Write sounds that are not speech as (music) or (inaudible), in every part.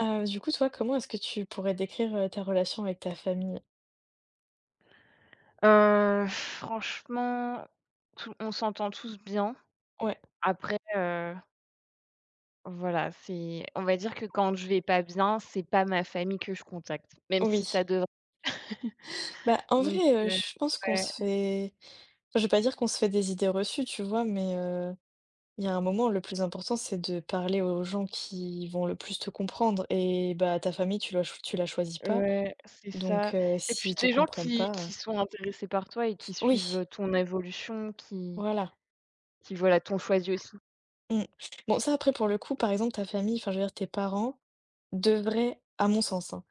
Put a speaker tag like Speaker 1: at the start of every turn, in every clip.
Speaker 1: Du coup, toi, comment est-ce que tu pourrais décrire, ta relation avec ta famille?
Speaker 2: Franchement, tout on s'entend tous bien.
Speaker 1: Ouais,
Speaker 2: Après, voilà, c'est on va dire que quand je vais pas bien, c'est pas ma famille que je contacte, même
Speaker 1: oui.
Speaker 2: si ça devrait. (laughs)
Speaker 1: Bah, en
Speaker 2: Donc,
Speaker 1: vrai, je pense qu'on
Speaker 2: ouais,
Speaker 1: se fait. Enfin, je vais pas dire qu'on se fait des idées reçues, tu vois? Mais, il y a un moment, le plus important, c'est de parler aux gens qui vont le plus te comprendre et bah, ta famille, tu la choisis pas.
Speaker 2: ouais, c'est ça.
Speaker 1: Donc,
Speaker 2: Et puis
Speaker 1: s'ils te
Speaker 2: des gens
Speaker 1: comprennent
Speaker 2: qui
Speaker 1: pas,
Speaker 2: qui sont intéressés par toi et qui
Speaker 1: oui,
Speaker 2: suivent ton évolution, qui
Speaker 1: voilà.
Speaker 2: qui, voilà, t'ont choisi aussi.
Speaker 1: Mmh. Bon, ça, après, pour le coup, par exemple, ta famille, enfin, je veux dire, tes parents devrait, à mon sens, hein,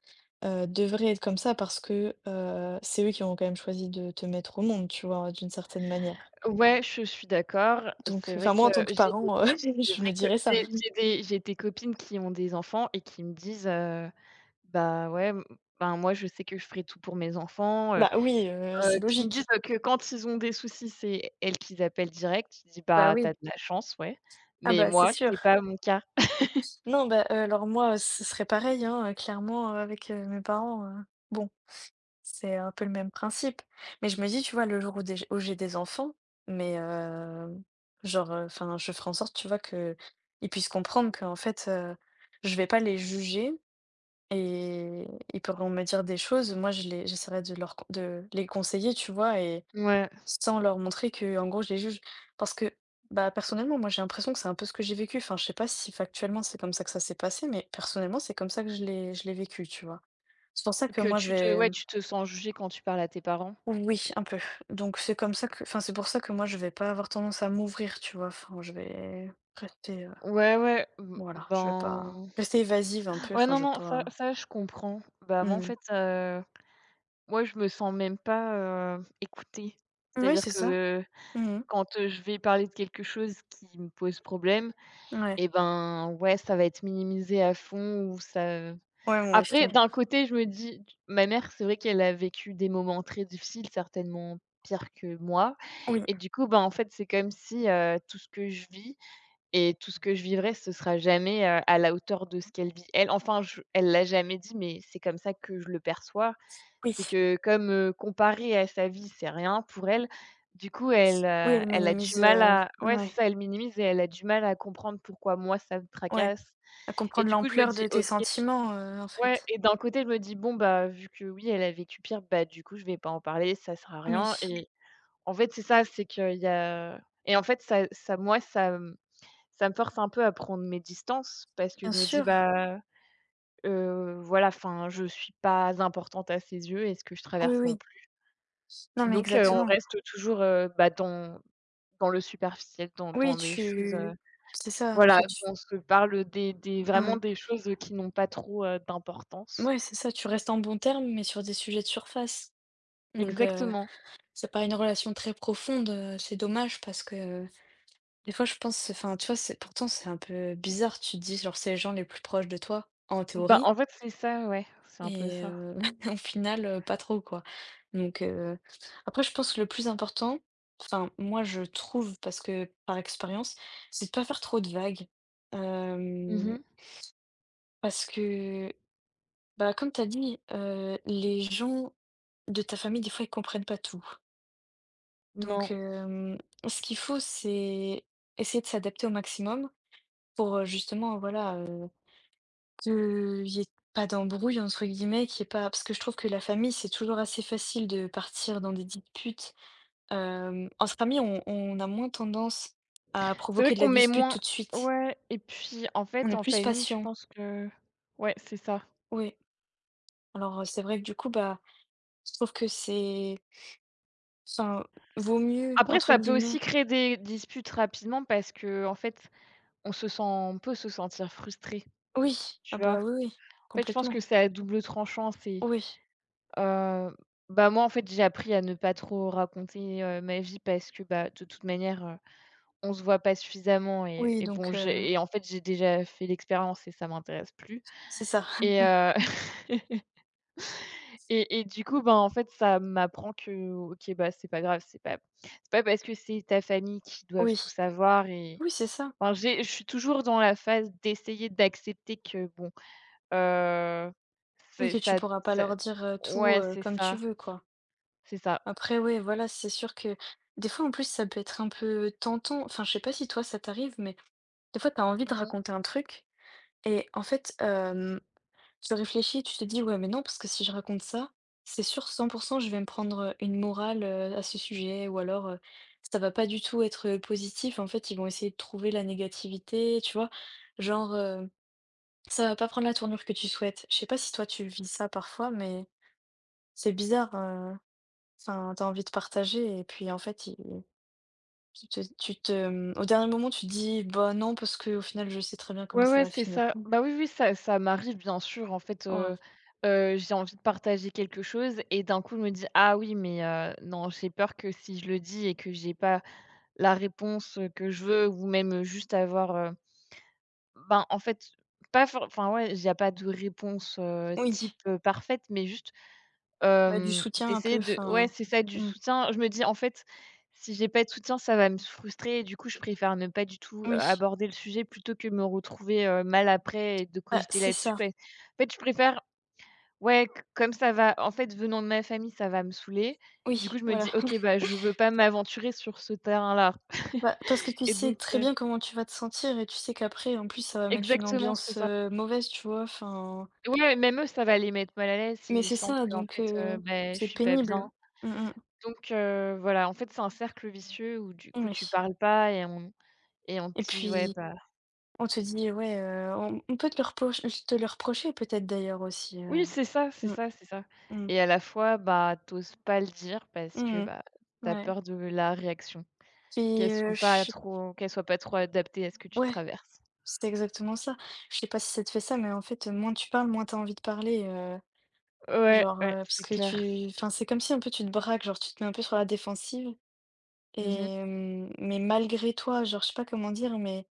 Speaker 1: devrait être comme ça parce que, c'est eux qui ont quand même choisi de te mettre au monde, tu vois? D'une certaine manière.
Speaker 2: Ouais, je suis d'accord.
Speaker 1: Donc, enfin moi en tant que
Speaker 2: J'ai
Speaker 1: parent, (laughs)
Speaker 2: c'est
Speaker 1: je
Speaker 2: vrai
Speaker 1: me
Speaker 2: que
Speaker 1: dirais
Speaker 2: j'ai
Speaker 1: ça.
Speaker 2: j'ai des copines qui ont des enfants et qui me disent, bah, ouais, m ben, moi, je sais que je ferai tout pour mes enfants,
Speaker 1: Bah oui, c'est
Speaker 2: qu'ils me disent,
Speaker 1: logique.
Speaker 2: que quand ils ont des soucis, c'est elles qu'ils appellent direct. Je dis:
Speaker 1: Bah
Speaker 2: «Bah, t'as
Speaker 1: oui.
Speaker 2: de la chance, ouais».
Speaker 1: Ah
Speaker 2: Mais
Speaker 1: bah c'est
Speaker 2: moi,
Speaker 1: sûr.
Speaker 2: c'est pas mon cas.
Speaker 1: Non, bah, alors moi, ce serait pareil, hein, clairement, avec, mes parents, bon. C'est un peu le même principe. Mais je me dis, tu vois, le jour où, où j'ai des enfants, mais genre, enfin, je ferai en sorte, tu vois, que ils puissent comprendre qu'en fait, je vais pas les juger et ils pourront me dire des choses. Moi, j'essaierai de leur, de les conseiller, tu vois, et
Speaker 2: Ouais,
Speaker 1: sans leur montrer que, en gros, je les juge. Parce que, bah, personnellement, moi, j'ai l'impression que c'est un peu ce que j'ai vécu. Enfin, je sais pas si factuellement c'est comme ça que ça s'est passé, mais personnellement, c'est comme ça que je l'ai vécu, tu vois. C'est pour ça que moi, je vais
Speaker 2: ouais, tu te sens jugé quand tu parles à tes parents?
Speaker 1: oui, un peu. Donc c'est comme ça que enfin, c'est pour ça que moi je vais pas avoir tendance à m'ouvrir, tu vois? Enfin, je vais rester,
Speaker 2: Ouais, ouais, b
Speaker 1: voilà, je vais pas
Speaker 2: ben,
Speaker 1: rester évasive un peu,
Speaker 2: ouais,
Speaker 1: enfin
Speaker 2: non,
Speaker 1: je vais
Speaker 2: non, ça
Speaker 1: pas
Speaker 2: ça, je comprends. Bah, moi, en
Speaker 1: mmh.
Speaker 2: fait, moi, je me sens même pas, écoutée.
Speaker 1: Oui,
Speaker 2: C'est-à-dire
Speaker 1: c'est ça.
Speaker 2: que
Speaker 1: Mmh.
Speaker 2: quand, je vais parler de quelque chose qui me pose problème.
Speaker 1: Ouais.
Speaker 2: Et ben, ouais, ça va être minimisé à fond ou ça
Speaker 1: Ouais, moi aussi.
Speaker 2: après. D'un côté, je me dis ma mère, c'est vrai qu'elle a vécu des moments très difficiles, certainement pires que moi,
Speaker 1: Oui,
Speaker 2: et du coup, ben, en fait, c'est comme si, tout ce que je vis et tout ce que je vivrai, ce sera jamais, à la hauteur de ce qu'elle vit elle. Enfin, je elle l'a jamais dit, mais c'est comme ça que je le perçois.
Speaker 1: oui.
Speaker 2: C'est que, comme, comparé à sa vie, c'est rien pour elle, du coup, elle,
Speaker 1: Oui, elle
Speaker 2: elle a du
Speaker 1: minimise,
Speaker 2: mal à... Ouais, c'est
Speaker 1: ouais,
Speaker 2: ça, elle minimise et elle a du mal à comprendre pourquoi moi ça me
Speaker 1: ouais.
Speaker 2: tracasse.
Speaker 1: À
Speaker 2: Et
Speaker 1: comprendre
Speaker 2: du coup, je me
Speaker 1: l'ampleur
Speaker 2: dis:
Speaker 1: de tes
Speaker 2: «OK».
Speaker 1: sentiments, en
Speaker 2: Ouais,
Speaker 1: fait.
Speaker 2: et d'un côté, je me dis: «Bon, bah, vu que oui, elle a vécu pire, bah, du coup, je vais pas en parler, ça sert à
Speaker 1: Oui,
Speaker 2: rien». Et en fait, c'est ça, c'est qu'il y a et en fait, ça, moi, ça me force un peu à prendre mes distances parce que je
Speaker 1: bien
Speaker 2: me dis:
Speaker 1: sûr.
Speaker 2: «Bah, voilà, enfin, je suis pas importante à ses yeux et ce que je
Speaker 1: Oui,
Speaker 2: traverse non
Speaker 1: oui.
Speaker 2: plus».
Speaker 1: Non, mais
Speaker 2: Donc, on
Speaker 1: exactement.
Speaker 2: reste toujours, bah, dans le superficiel, dans
Speaker 1: Oui,
Speaker 2: les choses,
Speaker 1: tu c'est ça, en
Speaker 2: voilà,
Speaker 1: fait, tu
Speaker 2: on se parle des vraiment
Speaker 1: mmh.
Speaker 2: des choses qui n'ont pas trop, d'importance.
Speaker 1: Ouais, c'est ça, tu restes en bons termes, mais sur des sujets de surface. Donc,
Speaker 2: Exactement.
Speaker 1: c'est pas une relation très profonde, c'est dommage parce que des fois je pense enfin, tu vois, c'est pourtant c'est un peu bizarre. Tu te dis genre c'est les gens les plus proches de toi en
Speaker 2: Bah,
Speaker 1: théorie
Speaker 2: en fait, c'est ça, ouais, c'est un peu
Speaker 1: et
Speaker 2: ça.
Speaker 1: (laughs) au final, pas trop quoi. Donc, après je pense que le plus important, enfin moi je trouve parce que par expérience, c'est de pas faire trop de vagues. Hem,
Speaker 2: Mmh.
Speaker 1: Parce que, bah, comme tu as dit, les gens de ta famille des fois ils comprennent pas tout. Donc,
Speaker 2: Non.
Speaker 1: ce qu'il faut, c'est essayer de s'adapter au maximum pour, justement, voilà, qu'il y ait pas d'embrouille, entre guillemets, qu'il y ait pas parce que je trouve que la famille, c'est toujours assez facile de partir dans des disputes. Entre amis, on a moins tendance à
Speaker 2: C'est vrai
Speaker 1: provoquer de
Speaker 2: qu'on
Speaker 1: la
Speaker 2: met
Speaker 1: dispute
Speaker 2: moins...
Speaker 1: tout de suite.
Speaker 2: Ouais, et puis, en
Speaker 1: On
Speaker 2: fait,
Speaker 1: est
Speaker 2: en
Speaker 1: plus
Speaker 2: famille, je
Speaker 1: patient,
Speaker 2: pense que... Ouais, c'est ça.
Speaker 1: oui. Alors, c'est vrai que du coup, bah, je trouve que c'est enfin, «vaut mieux»
Speaker 2: Après,
Speaker 1: entre
Speaker 2: ça peut
Speaker 1: guillemets
Speaker 2: aussi créer des disputes rapidement parce que en fait, on peut se sentir frustré,
Speaker 1: oui, ah
Speaker 2: tu vois?
Speaker 1: bah, oui, oui,
Speaker 2: En fait, je pense
Speaker 1: complètement,
Speaker 2: que c'est à double tranchant. C'est
Speaker 1: oui,
Speaker 2: Heu, Bah, moi, en fait, j'ai appris à ne pas trop raconter, ma vie parce que, bah, de toute manière, on se voit pas suffisamment, et
Speaker 1: oui,
Speaker 2: et bon,
Speaker 1: donc,
Speaker 2: j'ai et en fait, j'ai déjà fait l'expérience et ça m'intéresse plus,
Speaker 1: c'est ça.
Speaker 2: et heu (laughs) et du coup, bah, en fait, ça m'apprend que, OK, bah, c'est pas grave, c'est pas parce que c'est ta famille qui doivent
Speaker 1: Oui,
Speaker 2: tout savoir. Et
Speaker 1: oui, c'est ça.
Speaker 2: enfin, j'ai je suis toujours dans la phase d'essayer d'accepter que bon, heu,
Speaker 1: Oui,
Speaker 2: c'est
Speaker 1: que tu
Speaker 2: ça...
Speaker 1: pourras pas leur dire, tout,
Speaker 2: Ouais, c'est
Speaker 1: comme
Speaker 2: ça,
Speaker 1: tu veux, quoi.
Speaker 2: c'est ça.
Speaker 1: Après, ouais, voilà, c'est sûr que des fois, en plus, ça peut être un peu tentant. Enfin, je sais pas si toi, ça t'arrive, mais des fois, t'as envie de raconter un truc et en fait, tu réfléchis, tu te dis: «Ouais, mais non, parce que si je raconte ça, c'est sûr, 100% je vais me prendre, une morale, à ce sujet ou alors, ça va pas du tout être, positif. En fait, ils vont essayer de trouver la négativité», tu vois? Genre, hem ça va pas prendre la tournure que tu souhaites. Je sais pas si toi tu vis ça parfois, mais c'est bizarre. Enfin, t'as envie de partager et puis en fait, au dernier moment, tu te dis bah non parce que au final, je sais très bien
Speaker 2: Ouais,
Speaker 1: comment ça
Speaker 2: ouais,
Speaker 1: va
Speaker 2: c'est
Speaker 1: finir.
Speaker 2: ça.
Speaker 1: Mm.
Speaker 2: Bah, oui, oui, ça m'arrive bien sûr. En fait,
Speaker 1: Ouais.
Speaker 2: j'ai envie de partager quelque chose et d'un coup, je me dis: «Ah oui, mais, non, j'ai peur que si je le dis et que j'ai pas la réponse que je veux, ou même juste avoir,» ben, en fait, pas for enfin, ouais, il y a pas de réponse, type,
Speaker 1: Oui.
Speaker 2: parfaite, mais juste...
Speaker 1: Bah du soutien un peu.
Speaker 2: D'essayer de... Ouais,
Speaker 1: Enfin.
Speaker 2: c'est ça, du
Speaker 1: Mm.
Speaker 2: soutien. Je me dis: «En fait, si j'ai pas de soutien, ça va me frustrer», et du coup, je préfère ne pas du tout,
Speaker 1: Oui.
Speaker 2: aborder le sujet plutôt que me retrouver, mal après, et de
Speaker 1: Bah
Speaker 2: cogiter
Speaker 1: c'est
Speaker 2: là-dessus.
Speaker 1: ça.
Speaker 2: Bah, en fait, je préfère... Ouais, c comme ça va, en fait, venant de ma famille, ça va me saouler. Du coup,
Speaker 1: Oui.
Speaker 2: je me
Speaker 1: Voilà.
Speaker 2: dis: «OK,
Speaker 1: (laughs)
Speaker 2: bah, je veux pas m'aventurer sur ce terrain-là».
Speaker 1: Bah, parce que
Speaker 2: (laughs)
Speaker 1: tu
Speaker 2: et
Speaker 1: sais
Speaker 2: donc
Speaker 1: très
Speaker 2: heu
Speaker 1: bien comment tu vas te sentir et tu sais qu'après, en plus, ça va mettre une
Speaker 2: Exactement, c'est
Speaker 1: ambiance
Speaker 2: ça.
Speaker 1: mauvaise, tu vois. Enfin.
Speaker 2: Ouais, même eux, ça va les mettre mal à l'aise
Speaker 1: Mais
Speaker 2: s'ils
Speaker 1: c'est
Speaker 2: sentent
Speaker 1: ça,
Speaker 2: que en
Speaker 1: donc
Speaker 2: fait, beh, je
Speaker 1: c'est
Speaker 2: suis pas
Speaker 1: pénible.
Speaker 2: bien.
Speaker 1: Mm, mm.
Speaker 2: Donc, voilà, en fait, c'est un cercle vicieux où du coup, tu
Speaker 1: Oui.
Speaker 2: parles pas et on te
Speaker 1: Et
Speaker 2: dit: «Ouais,
Speaker 1: puis,
Speaker 2: bah...».
Speaker 1: on te dit, ouais, on peut te le reprocher peut-être d'ailleurs aussi,
Speaker 2: Oui, c'est ça, c'est
Speaker 1: mmh,
Speaker 2: ça, c'est ça.
Speaker 1: mmh,
Speaker 2: Et à la fois, bah, t'oses pas le dire parce que,
Speaker 1: mmh
Speaker 2: bah, t'as
Speaker 1: ouais.
Speaker 2: peur de la réaction,
Speaker 1: Et je sais
Speaker 2: qu'elle soit pas trop adaptée à ce que tu
Speaker 1: ouais,
Speaker 2: traverses.
Speaker 1: c'est exactement ça. Je sais pas si ça te fait ça, mais en fait, moins tu parles, moins t'as envie de parler,
Speaker 2: Ouais,
Speaker 1: genre,
Speaker 2: ouais,
Speaker 1: parce
Speaker 2: c'est
Speaker 1: que
Speaker 2: clair.
Speaker 1: tu enfin, c'est comme si un peu tu te braques, genre tu te mets un peu sur la défensive
Speaker 2: Mmh mh.
Speaker 1: et mmh, mais malgré toi, genre, je sais pas comment dire, mais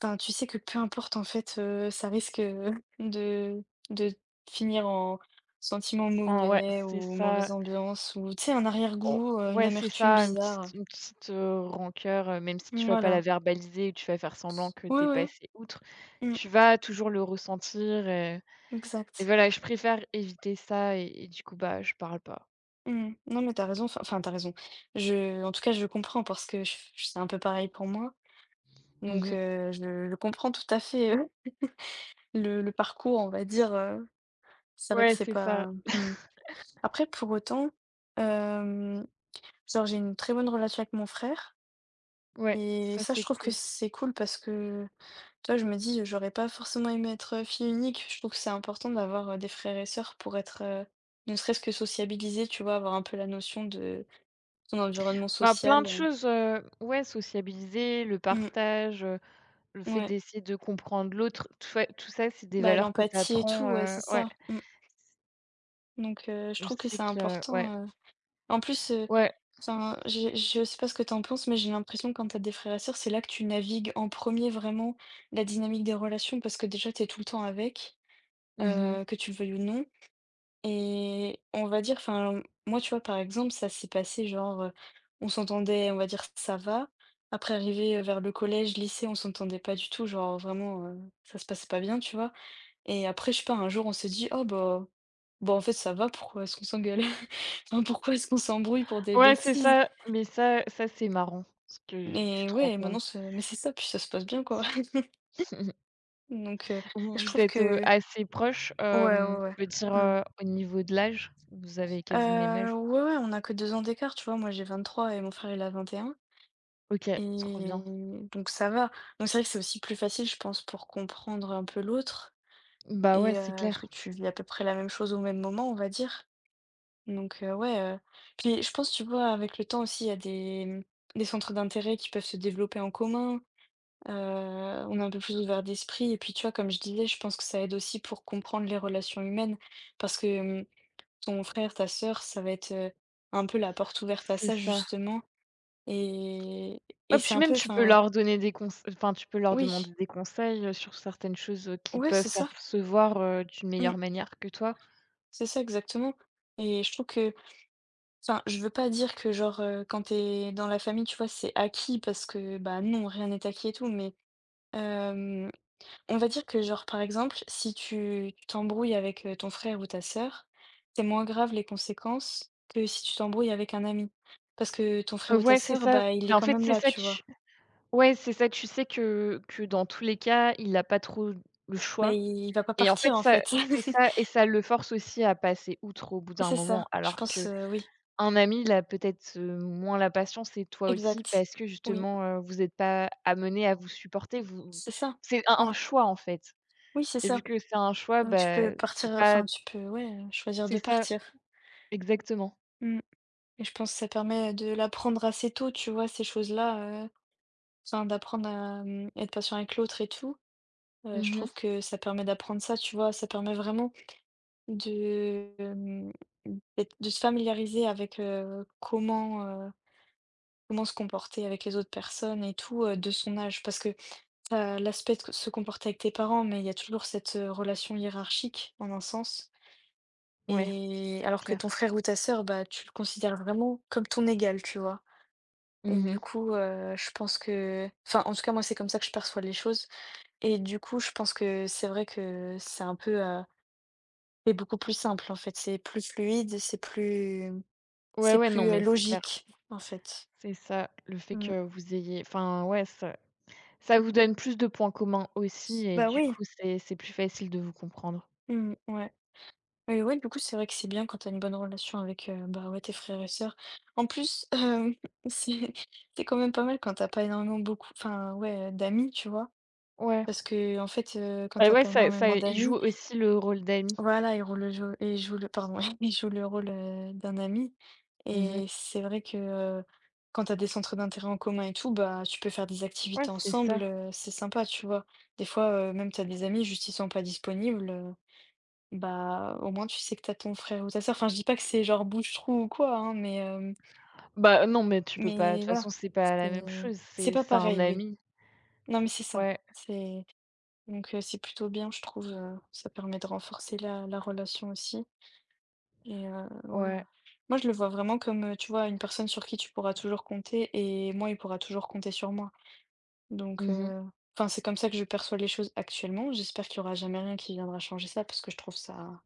Speaker 1: enfin, tu sais que peu importe en fait, ça risque, (laughs) de de finir en sentiment
Speaker 2: Ouais,
Speaker 1: mauvais
Speaker 2: c'est
Speaker 1: ou
Speaker 2: ça.
Speaker 1: mauvaise ambiance ou tu sais un
Speaker 2: On
Speaker 1: arrière-goût, une
Speaker 2: Ouais, c'est
Speaker 1: amertume
Speaker 2: ça, une petite
Speaker 1: bizarre.
Speaker 2: une petite, heu, rancœur, même si tu vas pas la
Speaker 1: Voilà.
Speaker 2: verbaliser ou tu vas faire semblant que
Speaker 1: Oui,
Speaker 2: t'es
Speaker 1: oui.
Speaker 2: passé outre,
Speaker 1: Mmh.
Speaker 2: tu vas toujours le ressentir. Et
Speaker 1: Exact.
Speaker 2: voilà, je préfère éviter ça, et du coup, bah, je parle pas.
Speaker 1: Mmh. Non, mais t'as raison, enfin t'as raison. Je En tout cas, je comprends parce que je f c'est un peu pareil pour moi donc
Speaker 2: Mmh.
Speaker 1: je comprends tout à fait, (laughs) le parcours, on va dire, c'est vrai que
Speaker 2: Ouais,
Speaker 1: c'est
Speaker 2: c'est ça.
Speaker 1: pas mmh. Après pour autant, hem, genre j'ai une très bonne relation avec mon frère.
Speaker 2: Ouais,
Speaker 1: Et
Speaker 2: ça,
Speaker 1: ça, je
Speaker 2: c'est
Speaker 1: trouve que
Speaker 2: cool.
Speaker 1: c'est cool parce que, tu vois, je me dis, j'aurais pas forcément aimé être fille unique. Je trouve que c'est important d'avoir des frères et sœurs pour être, ne serait-ce que sociabilisé, tu vois, avoir un peu la notion de ton environnement
Speaker 2: Bah, plein
Speaker 1: social.
Speaker 2: de choses, ouais, sociabiliser, le
Speaker 1: Mm,
Speaker 2: partage, le fait
Speaker 1: ouais,
Speaker 2: d'essayer de comprendre l'autre, tout ça, c'est des
Speaker 1: bah,
Speaker 2: valeurs que tu
Speaker 1: l'empathie et tout, ouais,
Speaker 2: apprends.
Speaker 1: c'est
Speaker 2: Ouais,
Speaker 1: ça. Mm. Donc, je
Speaker 2: je
Speaker 1: trouve que
Speaker 2: sais
Speaker 1: c'est
Speaker 2: que... Ouais,
Speaker 1: important. En plus,
Speaker 2: ouais.
Speaker 1: enfin, je sais pas ce que t'en penses, mais j'ai l'impression que quand t'as des frères et sœurs, c'est là que tu navigues en premier vraiment la dynamique des relations parce que déjà, t'es tout le temps avec,
Speaker 2: Mmh.
Speaker 1: que tu le veuilles ou non. Et on va dire, enfin, moi, tu vois, par exemple, ça s'est passé genre, on s'entendait, on va dire, ça va. Après, arrivé, vers le collège, lycée, on s'entendait pas du tout, genre vraiment, ça se passait pas bien, tu vois? Et après, je sais pas, un jour, on s'est dit: «Oh bah, en fait, ça va, pourquoi est-ce qu'on s'engueule? (laughs) Enfin, pourquoi est-ce qu'on s'embrouille pour des
Speaker 2: Ouais, c'est
Speaker 1: bêtises?»
Speaker 2: ça, mais ça, c'est marrant parce que tu
Speaker 1: Et
Speaker 2: te rends
Speaker 1: ouais,
Speaker 2: compte.
Speaker 1: maintenant ce mais c'est ça, puis ça se passe bien, quoi. (laughs)
Speaker 2: (laughs)
Speaker 1: Donc
Speaker 2: Vous
Speaker 1: je
Speaker 2: vous
Speaker 1: trouve
Speaker 2: êtes,
Speaker 1: que
Speaker 2: assez proches,
Speaker 1: ouais, ouais, ouais.
Speaker 2: je veux dire,
Speaker 1: Mmh.
Speaker 2: au niveau de l'âge? Vous avez quasi le même âge?
Speaker 1: Ouais, ouais, on a que 2 ans d'écart, tu vois? Moi, j'ai 23 et mon frère, il a 21.
Speaker 2: OK, trop
Speaker 1: Et
Speaker 2: bien.
Speaker 1: donc ça va. Donc c'est vrai que c'est aussi plus facile, je pense, pour comprendre un peu l'autre
Speaker 2: Bah, ouais,
Speaker 1: et
Speaker 2: c'est
Speaker 1: parce que
Speaker 2: clair,
Speaker 1: tu vis à peu près la même chose au même moment, on va dire. Donc ouais, puis je pense, tu vois, avec le temps aussi, il y a des, des centres d'intérêt qui peuvent se développer en commun, on est un peu plus ouvert d'esprit et puis, tu vois, comme je disais, je pense que ça aide aussi pour comprendre les relations humaines parce que, ton frère, ta sœur, ça va être, un peu la porte ouverte à
Speaker 2: c'est
Speaker 1: ça,
Speaker 2: ça.
Speaker 1: justement et et
Speaker 2: Hop,
Speaker 1: c'est
Speaker 2: puis
Speaker 1: un
Speaker 2: même
Speaker 1: peu,
Speaker 2: tu peux
Speaker 1: enfin
Speaker 2: leur donner des conse enfin, tu peux leur
Speaker 1: oui.
Speaker 2: demander des conseils, sur certaines choses, qu'ils
Speaker 1: Ouais,
Speaker 2: peuvent
Speaker 1: c'est ça.
Speaker 2: percevoir, d'une
Speaker 1: Mmh.
Speaker 2: meilleure manière que toi.
Speaker 1: C'est ça exactement et je trouve que enfin, je veux pas dire que genre, quand t'es dans la famille, tu vois, c'est acquis parce que, bah, non, rien n'est acquis et tout, mais hem, on va dire que genre, par exemple, si tu t'embrouilles avec, ton frère ou ta sœur, c'est moins grave les conséquences que si tu t'embrouilles avec un ami. Parce que ton frère ou ta
Speaker 2: Ouais, c'est
Speaker 1: sœur,
Speaker 2: ça.
Speaker 1: bah, il
Speaker 2: Mais
Speaker 1: est
Speaker 2: en
Speaker 1: quand
Speaker 2: fait,
Speaker 1: même
Speaker 2: c'est
Speaker 1: là,
Speaker 2: ça,
Speaker 1: tu
Speaker 2: tu
Speaker 1: vois?
Speaker 2: ouais, c'est ça, tu sais que dans tous les cas, il a pas trop le
Speaker 1: Bah,
Speaker 2: choix,
Speaker 1: il va pas
Speaker 2: et en fait,
Speaker 1: partir, en
Speaker 2: ça
Speaker 1: fait.
Speaker 2: c'est
Speaker 1: (laughs)
Speaker 2: ça, et ça le force aussi à passer outre au bout d'un
Speaker 1: C'est
Speaker 2: moment,
Speaker 1: ça, je
Speaker 2: alors
Speaker 1: pense,
Speaker 2: que...
Speaker 1: oui,
Speaker 2: Un ami, il a peut-être, moins la patience, et toi aussi
Speaker 1: exact.
Speaker 2: parce que
Speaker 1: Oui,
Speaker 2: justement, vous n'êtes pas amenés à vous supporter, vous
Speaker 1: c'est ça.
Speaker 2: c'est un
Speaker 1: Mmh.
Speaker 2: un choix, en fait.
Speaker 1: Oui, c'est
Speaker 2: Et vu
Speaker 1: ça.
Speaker 2: que c'est un choix,
Speaker 1: Donc tu
Speaker 2: bah,
Speaker 1: peux partir,
Speaker 2: c'est pas
Speaker 1: enfin tu peux, ouais, choisir
Speaker 2: c'est
Speaker 1: de
Speaker 2: ça,
Speaker 1: partir.
Speaker 2: exactement.
Speaker 1: Mmh et je pense que ça permet de l'apprendre assez tôt, tu vois? Ces choses-là, enfin d'apprendre à, être patient avec l'autre et tout. Je
Speaker 2: Mmh.
Speaker 1: trouve que ça permet d'apprendre ça, tu vois? Ça permet vraiment de, hem, d'être de se familiariser avec, comment, comment se comporter avec les autres personnes et tout, de son âge. Parce que tu l'aspect de se comporter avec tes parents, mais il y a toujours cette, relation hiérarchique en un sens.
Speaker 2: Ouais,
Speaker 1: Et
Speaker 2: c'est
Speaker 1: alors que
Speaker 2: clair.
Speaker 1: ton frère ou ta sœur, bah, tu le considères vraiment comme ton égal, tu vois? Et du
Speaker 2: Mmh.
Speaker 1: coup, je pense que enfin, en tout cas, moi, c'est comme ça que je perçois les choses et du coup, je pense que c'est vrai que c'est un peu, c'est beaucoup plus simple, en fait. C'est plus fluide, c'est plus
Speaker 2: Ouais,
Speaker 1: c'est
Speaker 2: ouais, non,
Speaker 1: plus, heu,
Speaker 2: mais c'est clair.
Speaker 1: logique, en fait.
Speaker 2: C'est ça, le fait
Speaker 1: Mmh.
Speaker 2: que vous ayez... enfin, ouais, ça vous donne plus de points communs aussi, et
Speaker 1: Bah,
Speaker 2: du
Speaker 1: oui.
Speaker 2: coup, c'est plus facile de vous comprendre.
Speaker 1: Mmh, ouais. Et ouais, du coup, c'est vrai que c'est bien quand t'as une bonne relation avec, bah, ouais, tes frères et sœurs. En plus, (laughs) c'est c'est quand même pas mal quand t'as pas énormément beaucoup enfin, ouais, d'amis, tu vois?
Speaker 2: Ouais,
Speaker 1: Parce que en fait, quand
Speaker 2: bah,
Speaker 1: t'as
Speaker 2: ouais,
Speaker 1: pas
Speaker 2: ça
Speaker 1: énormément
Speaker 2: y joue
Speaker 1: d'amis,
Speaker 2: aussi le rôle d'ami.
Speaker 1: voilà, il roule le jeu il joue le pardon, (laughs) il joue le rôle, d'un ami
Speaker 2: Mmh.
Speaker 1: et c'est vrai que, quand t'as des centres d'intérêt en commun et tout, bah, tu peux faire des
Speaker 2: Ouais,
Speaker 1: activités
Speaker 2: c'est ça.
Speaker 1: ensemble, c'est sympa, tu vois? Des fois, même t'as des amis, juste ils sont pas disponibles, bah, au moins tu sais que t'as ton frère ou ta sœur. Enfin, je dis pas que c'est genre bouche-trou ou quoi, hein, mais, hem,
Speaker 2: Bah, non, mais tu peux pas, de
Speaker 1: mais
Speaker 2: toute
Speaker 1: voilà,
Speaker 2: façon, c'est pas
Speaker 1: c'est
Speaker 2: la même chose,
Speaker 1: c'est
Speaker 2: c'est
Speaker 1: pas
Speaker 2: c'est un
Speaker 1: pareil, oui.
Speaker 2: ami.
Speaker 1: Non, mais c'est ça,
Speaker 2: Ouais,
Speaker 1: c'est donc, c'est plutôt bien, je trouve, ça permet de renforcer la relation aussi et ouais,
Speaker 2: ouais.
Speaker 1: moi, je le vois vraiment comme, tu vois, une personne sur qui tu pourras toujours compter et moi, il pourra toujours compter sur moi. Donc,
Speaker 2: Mmh.
Speaker 1: enfin, c'est comme ça que je perçois les choses actuellement. J'espère qu'il y aura jamais rien qui viendra changer ça parce que je trouve ça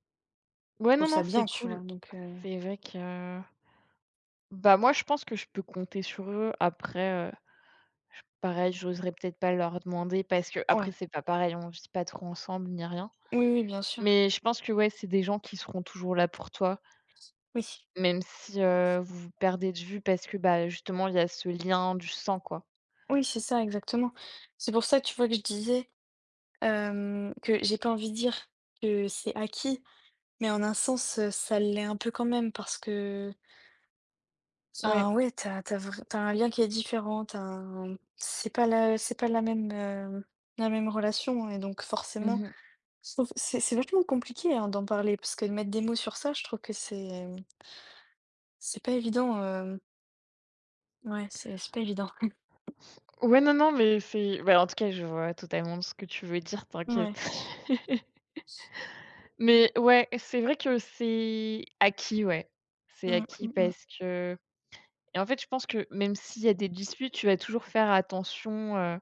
Speaker 1: je
Speaker 2: Ouais, non,
Speaker 1: trouve
Speaker 2: non,
Speaker 1: ça
Speaker 2: c'est
Speaker 1: bien, tu vois?
Speaker 2: cool.
Speaker 1: Donc,
Speaker 2: C'est vrai que... bah, moi, je pense que je peux compter sur eux. Après, je pareil, j'oserais peut-être pas leur demander parce que après
Speaker 1: ouais.
Speaker 2: c'est pas pareil, on vit pas trop ensemble ni rien.
Speaker 1: Oui, oui, bien sûr.
Speaker 2: Mais je pense que, ouais, c'est des gens qui seront toujours là pour toi,
Speaker 1: Oui.
Speaker 2: même si, vous vous perdez de vue parce que, bah, justement, il y a ce lien du sang, quoi.
Speaker 1: Oui, c'est ça, exactement. C'est pour ça, tu vois, que je disais, que j'ai pas envie de dire que c'est acquis, mais en un sens, ça l'est un peu quand même parce que
Speaker 2: Ouais.
Speaker 1: enfin ouais, t'as t'as tu as un lien qui est différent, t'as un c'est pas la même, la même relation hein, et donc forcément
Speaker 2: Mmh.
Speaker 1: je trouve c'est vachement compliqué, hein, d'en parler parce que de mettre des mots sur ça, je trouve que c'est pas évident, ouais, c'est pas évident.
Speaker 2: Ouais, non, non, mais, c'est bah, en tout cas, je vois totalement ce que tu veux dire,
Speaker 1: Ouais.
Speaker 2: t'inquiète. (laughs) Mais ouais, c'est vrai que c'est acquis, ouais. C'est
Speaker 1: Mmh,
Speaker 2: acquis
Speaker 1: mmh mh.
Speaker 2: parce que... et en fait, je pense que même s'il y a des disputes, tu vas toujours faire attention,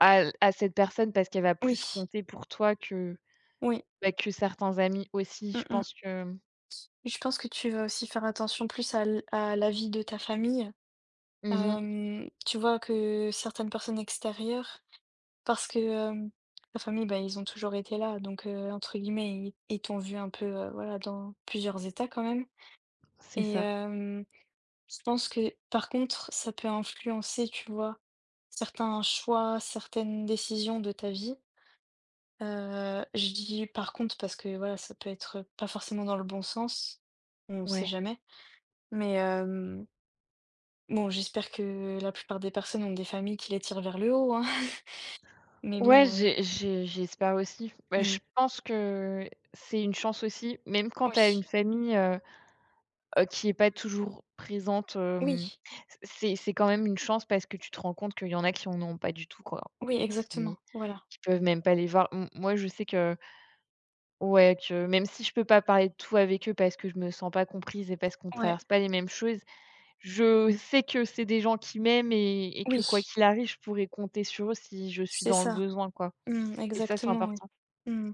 Speaker 2: à cette personne parce qu'elle va plus
Speaker 1: Oui,
Speaker 2: compter pour toi que,
Speaker 1: oui.
Speaker 2: bah, que certains amis aussi.
Speaker 1: Mmh
Speaker 2: Je
Speaker 1: mh.
Speaker 2: pense que... mmh,
Speaker 1: Je pense que tu vas aussi faire attention plus à la vie de ta famille.
Speaker 2: mmh,
Speaker 1: Hem, tu vois que certaines personnes extérieures. Parce que, la famille, bah, ils ont toujours été là, donc entre guillemets, ils t'ont vu un peu, voilà, dans plusieurs états quand même
Speaker 2: c'est
Speaker 1: et
Speaker 2: ça,
Speaker 1: je pense que par contre, ça peut influencer, tu vois? Certains choix, certaines décisions de ta vie. Je dis par contre parce que voilà, ça peut être pas forcément dans le bon sens, on sait
Speaker 2: ouais.
Speaker 1: jamais. Mais bon, j'espère que la plupart des personnes ont des familles qui les tirent vers le haut, hein, (laughs) mais
Speaker 2: Ouais,
Speaker 1: bon,
Speaker 2: j'ai j'ai j'espère aussi. Bah,
Speaker 1: mmh.
Speaker 2: je pense que c'est une chance aussi, même quand tu as une
Speaker 1: Oui,
Speaker 2: famille, qui est pas toujours présente,
Speaker 1: oui.
Speaker 2: c'est quand même une chance parce que tu te rends compte qu'il y en a qui en ont pas du tout, quoi,
Speaker 1: Oui,
Speaker 2: et
Speaker 1: exactement,
Speaker 2: qui
Speaker 1: voilà,
Speaker 2: qui peuvent même pas les voir. M Moi, je sais que... Ouais, que même si je peux pas parler de tout avec eux parce que je me sens pas comprise et parce qu'on
Speaker 1: ouais,
Speaker 2: traverse pas les mêmes choses, je sais que c'est des gens qui m'aiment et que, quoi
Speaker 1: oui,
Speaker 2: qu'il arrive, je pourrais compter sur eux si je suis
Speaker 1: c'est
Speaker 2: dans le
Speaker 1: ça.
Speaker 2: besoin, quoi.
Speaker 1: Mmh,
Speaker 2: Et ça, c'est
Speaker 1: exactement, oui.
Speaker 2: important.
Speaker 1: Mmh.